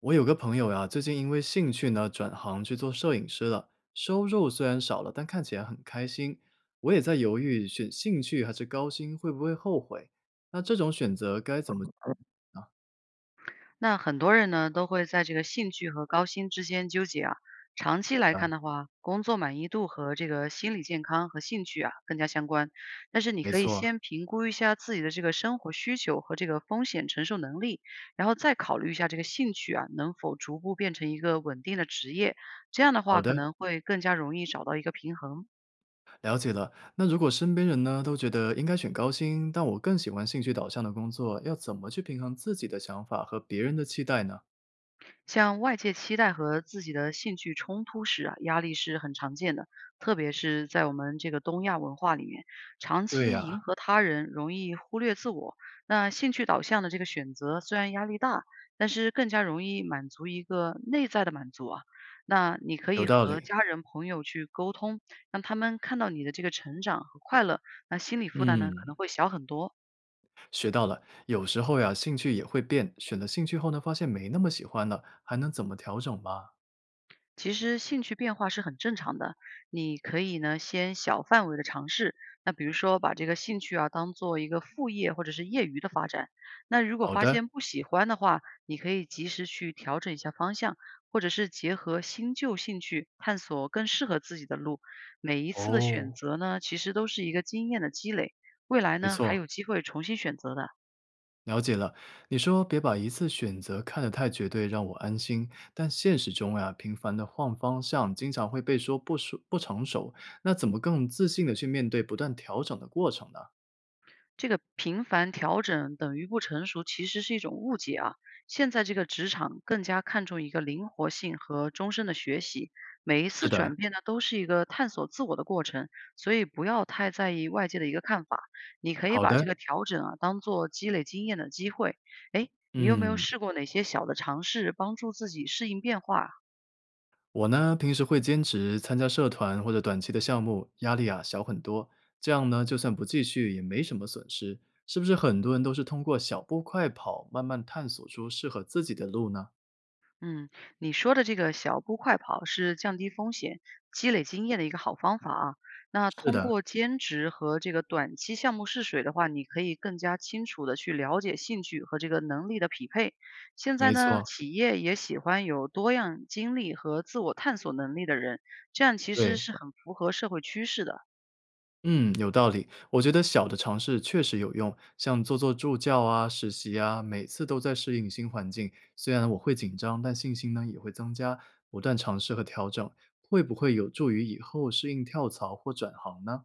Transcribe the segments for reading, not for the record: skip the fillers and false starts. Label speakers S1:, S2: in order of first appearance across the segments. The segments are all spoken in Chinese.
S1: 我有个朋友呀，最近因为兴趣呢，转行去做摄影师了，收入虽然少了，但看起来很开心。我也在犹豫，选兴趣还是高薪，会不会后悔？那这种选择该怎么？
S2: 那很多人呢，都会在这个兴趣和高薪之间纠结啊。长期来看的话，工作满意度和这个心理健康和兴趣啊更加相关。但是你
S1: 没
S2: 可以
S1: 错，
S2: 先评估一下自己的这个生活需求和这个风险承受能力，然后再考虑一下这个兴趣啊能否逐步变成一个稳定的职业。这样的
S1: 好
S2: 话，可
S1: 的，
S2: 能会更加容易找到一个平衡。
S1: 了解了。那如果身边人呢，都觉得应该选高薪，但我更喜欢兴趣导向的工作，要怎么去平衡自己的想法和别人的期待呢？
S2: 像外界期待和自己的兴趣冲突时啊，压力是很常见的，特别是在我们这个东亚文化里面，长
S1: 对
S2: 期
S1: 呀，
S2: 迎合他人容易忽略自我。那兴趣导向的这个选择虽然压力大，但是更加容易满足一个内在的满足啊。那你可
S1: 有
S2: 以
S1: 道
S2: 和
S1: 理。
S2: 家人朋友去沟通，让他们看到你的这个成长和快乐，那心理负担呢可
S1: 嗯。
S2: 能会小很多。
S1: 学到了，有时候呀，兴趣也会变。选了兴趣后呢，发现没那么喜欢了，还能怎么调整吗？
S2: 其实兴趣变化是很正常的，你可以呢先小范围的尝试，那比如说把这个兴趣啊当做一个副业或者是业余的发展。那如果
S1: 好
S2: 发
S1: 的，
S2: 现不喜欢的话，你可以及时去调整一下方向，或者是结合新旧兴趣探索更适合自己的路。每一次的选
S1: 哦，
S2: 择呢，其实都是一个经验的积累，未来
S1: 没
S2: 呢还有
S1: 错，
S2: 机会重新选择的。
S1: 了解了。你说别把一次选择看得太绝对，让我安心。但现实中呀，频繁的换方向，经常会被说不熟不成熟。那怎么更自信的去面对不断调整的过程呢？
S2: 这个频繁调整等于不成熟，其实是一种误解啊。现在这个职场更加看重一个灵活性和终身的学习，每一
S1: 是
S2: 次转
S1: 的，
S2: 变呢都是一个探索自我的过程，所以不要太在意外界的一个看法。你可以
S1: 好
S2: 把这
S1: 的，
S2: 个调整啊当做积累经验的机会。诶，你有没有
S1: 嗯。
S2: 试过哪些小的尝试帮助自己适应变化啊？
S1: 我呢，平时会兼职参加社团或者短期的项目，压力啊小很多。这样呢，就算不继续也没什么损失，是不是很多人都是通过小步快跑，慢慢探索出适合自己的路呢？
S2: 嗯，你说的这个小步快跑是降低风险、积累经验的一个好方法啊。那
S1: 是
S2: 通
S1: 的，
S2: 过兼职和这个短期项目试水的话，你可以更加清楚的去了解兴趣和这个能力的匹配。现在
S1: 没
S2: 呢，
S1: 错，
S2: 企业也喜欢有多样经历和自我探索能力的人，这样其实
S1: 对，
S2: 是很符合社会趋势的。
S1: 嗯，有道理。我觉得小的尝试确实有用，像做做助教啊、实习啊，每次都在适应新环境。虽然我会紧张，但信心呢也会增加。不断尝试和调整，会不会有助于以后适应跳槽或转行呢？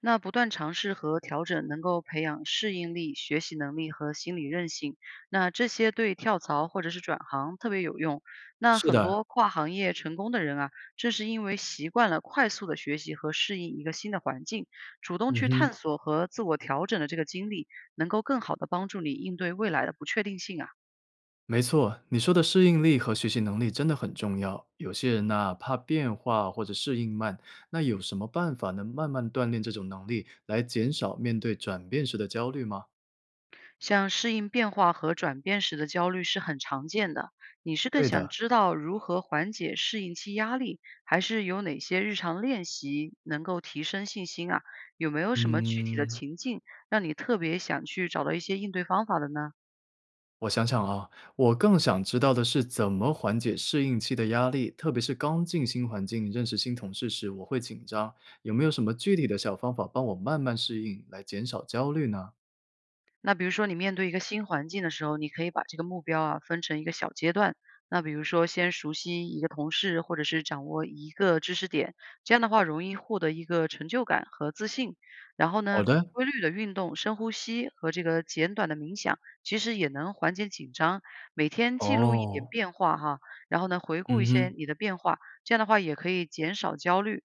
S2: 那不断尝试和调整，能够培养适应力、学习能力和心理韧性。那这些对跳槽或者是转行特别有用。那
S1: 是
S2: 很
S1: 的，
S2: 多跨行业成功的人啊，正是因为习惯了快速的学习和适应一个新的环境，主动
S1: 嗯
S2: 去
S1: 哼，
S2: 探索和自我调整的这个经历，能够更好的帮助你应对未来的不确定性啊。
S1: 没错，你说的适应力和学习能力真的很重要。有些人呐，怕变化或者适应慢，那有什么办法能慢慢锻炼这种能力，来减少面对转变时的焦虑吗？
S2: 像适应变化和转变时的焦虑是很常见的。你是更
S1: 对
S2: 想
S1: 的，
S2: 知道如何缓解适应期压力，还是有哪些日常练习能够提升信心啊？有没有什么具体的
S1: 嗯，
S2: 情境让你特别想去找到一些应对方法的呢？
S1: 我想想啊，我更想知道的是怎么缓解适应期的压力，特别是刚进新环境、认识新同事时，我会紧张。有没有什么具体的小方法帮我慢慢适应，来减少焦虑呢？
S2: 那比如说你面对一个新环境的时候，你可以把这个目标啊分成一个小阶段。那比如说，先熟悉一个同事，或者是掌握一个知识点，这样的话容易获得一个成就感和自信。然后
S1: 好
S2: 呢，
S1: 的，
S2: 规律的运动、深呼吸和这个简短的冥想，其实也能缓解紧张。每天记录一点
S1: 哦，
S2: 变化哈，然后呢，回顾一
S1: 嗯
S2: 些
S1: 哼。
S2: 你的变化，这样的话也可以减少焦虑。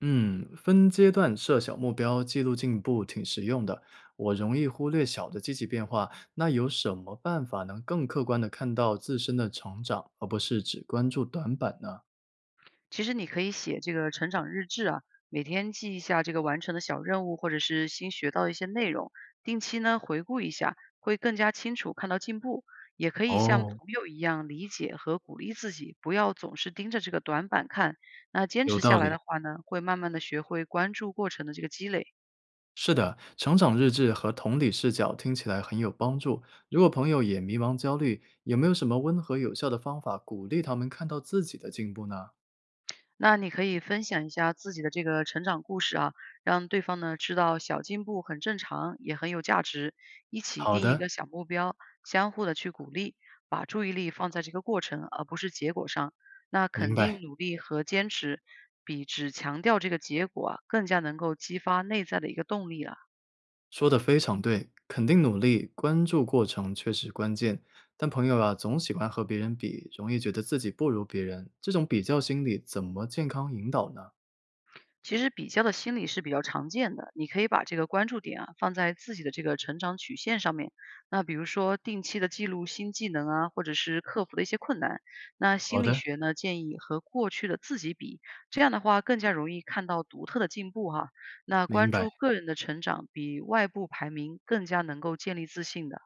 S1: 嗯，分阶段设小目标，记录进步挺实用的。我容易忽略小的积极变化，那有什么办法能更客观的看到自身的成长，而不是只关注短板呢？
S2: 其实你可以写这个成长日志啊，每天记一下这个完成的小任务，或者是新学到的一些内容，定期呢回顾一下，会更加清楚看到进步。也可以像
S1: 哦，
S2: 朋友一样理解和鼓励自己，不要总是盯着这个短板看。那坚
S1: 有
S2: 持
S1: 道
S2: 下来
S1: 理。
S2: 的话呢，会慢慢的学会关注过程的这个积累。
S1: 是的，成长日志和同理视角听起来很有帮助。如果朋友也迷茫焦虑，有没有什么温和有效的方法鼓励他们看到自己的进步呢？
S2: 那你可以分享一下自己的这个成长故事啊，让对方呢知道小进步很正常，也很有价值。一起
S1: 好
S2: 定一
S1: 的，
S2: 个小目标，相互的去鼓励，把注意力放在这个过程而不是结果上。那
S1: 明
S2: 肯定
S1: 白。
S2: 努力和坚持，比只强调这个结果啊，更加能够激发内在的一个动力了。
S1: 说的非常对，肯定努力，关注过程确实关键。但朋友啊，总喜欢和别人比，容易觉得自己不如别人，这种比较心理怎么健康引导呢？
S2: 其实比较的心理是比较常见的，你可以把这个关注点啊放在自己的这个成长曲线上面。那比如说定期的记录新技能啊，或者是克服的一些困难。那
S1: 好
S2: 心理
S1: 的，
S2: 学呢建议和过去的自己比，这样的话更加容易看到独特的进步哈。那
S1: 明
S2: 关
S1: 白。
S2: 注个人的成长，比外部排名更加能够建立自信的。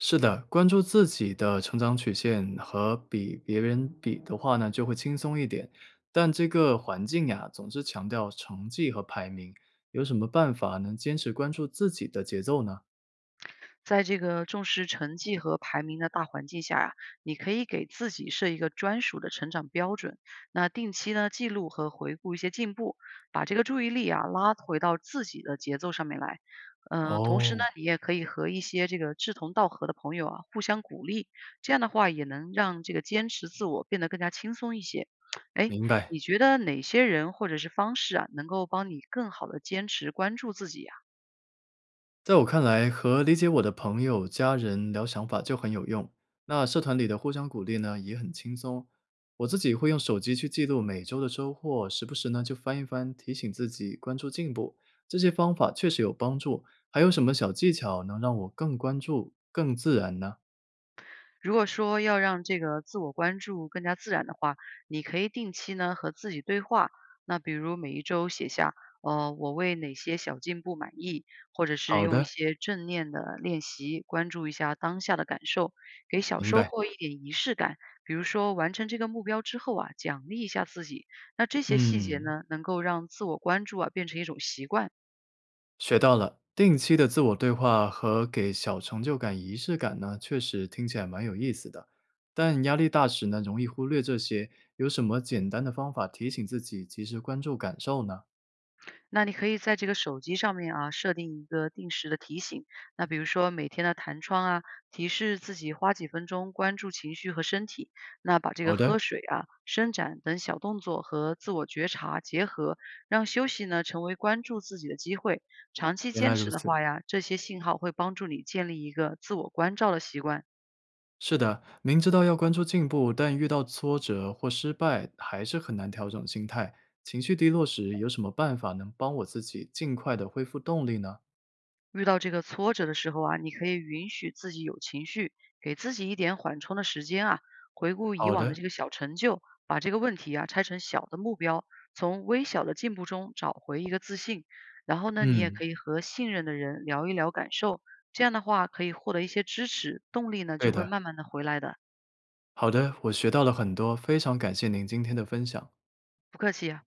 S1: 是的，关注自己的成长曲线和比别人比的话呢，就会轻松一点。但这个环境呀，总是强调成绩和排名，有什么办法能坚持关注自己的节奏呢？
S2: 在这个重视成绩和排名的大环境下呀，你可以给自己设一个专属的成长标准。那定期呢记录和回顾一些进步，把这个注意力啊拉回到自己的节奏上面来。嗯、同时呢，
S1: 哦，
S2: 你也可以和一些这个志同道合的朋友啊互相鼓励，这样的话也能让这个坚持自我变得更加轻松一些。哎，
S1: 明白。
S2: 你觉得哪些人或者是方式啊，能够帮你更好的坚持关注自己呀？
S1: 在我看来，和理解我的朋友、家人聊想法就很有用。那社团里的互相鼓励呢，也很轻松。我自己会用手机去记录每周的收获，时不时呢就翻一翻，提醒自己关注进步。这些方法确实有帮助。还有什么小技巧能让我更关注、更自然呢？
S2: 如果说要让这个自我关注更加自然的话，你可以定期呢和自己对话。那比如每一周写下，我为哪些小进步满意，或者是
S1: 好
S2: 用一
S1: 的，
S2: 些正念的练习，关注一下当下的感受，给小
S1: 明
S2: 收
S1: 白。
S2: 获一点仪式感。比如说完成这个目标之后啊，奖励一下自己。那这些细节
S1: 嗯。
S2: 呢，能够让自我关注啊变成一种习惯。
S1: 学到了，定期的自我对话和给小成就感仪式感呢，确实听起来蛮有意思的。但压力大时呢，容易忽略这些，有什么简单的方法提醒自己及时关注感受呢？
S2: 那你可以在这个手机上面啊，设定一个定时的提醒。那比如说每天的弹窗啊，提示自己花几分钟关注情绪和身体。那把这个
S1: 好的，
S2: 喝水啊、伸展等小动作和自我觉察结合，让休息呢成为关注自己的机会。长期
S1: 原来
S2: 坚
S1: 如
S2: 持的
S1: 此。
S2: 话呀，这些信号会帮助你建立一个自我关照的习惯。
S1: 是的，明知道要关注进步，但遇到挫折或失败，还是很难调整心态。情绪低落时，有什么办法能帮我自己尽快的恢复动力呢？
S2: 遇到这个挫折的时候啊，你可以允许自己有情绪，给自己一点缓冲的时间啊。回顾以
S1: 好
S2: 往的
S1: 的，
S2: 这个小成就，把这个问题啊拆成小的目标，从微小的进步中找回一个自信。然后呢，你也
S1: 嗯，
S2: 可以和信任的人聊一聊感受，这样的话可以获得一些支持，动力呢
S1: 对
S2: 就会
S1: 的，
S2: 慢慢的回来的。
S1: 好的，我学到了很多，非常感谢您今天的分享。
S2: 不客气啊。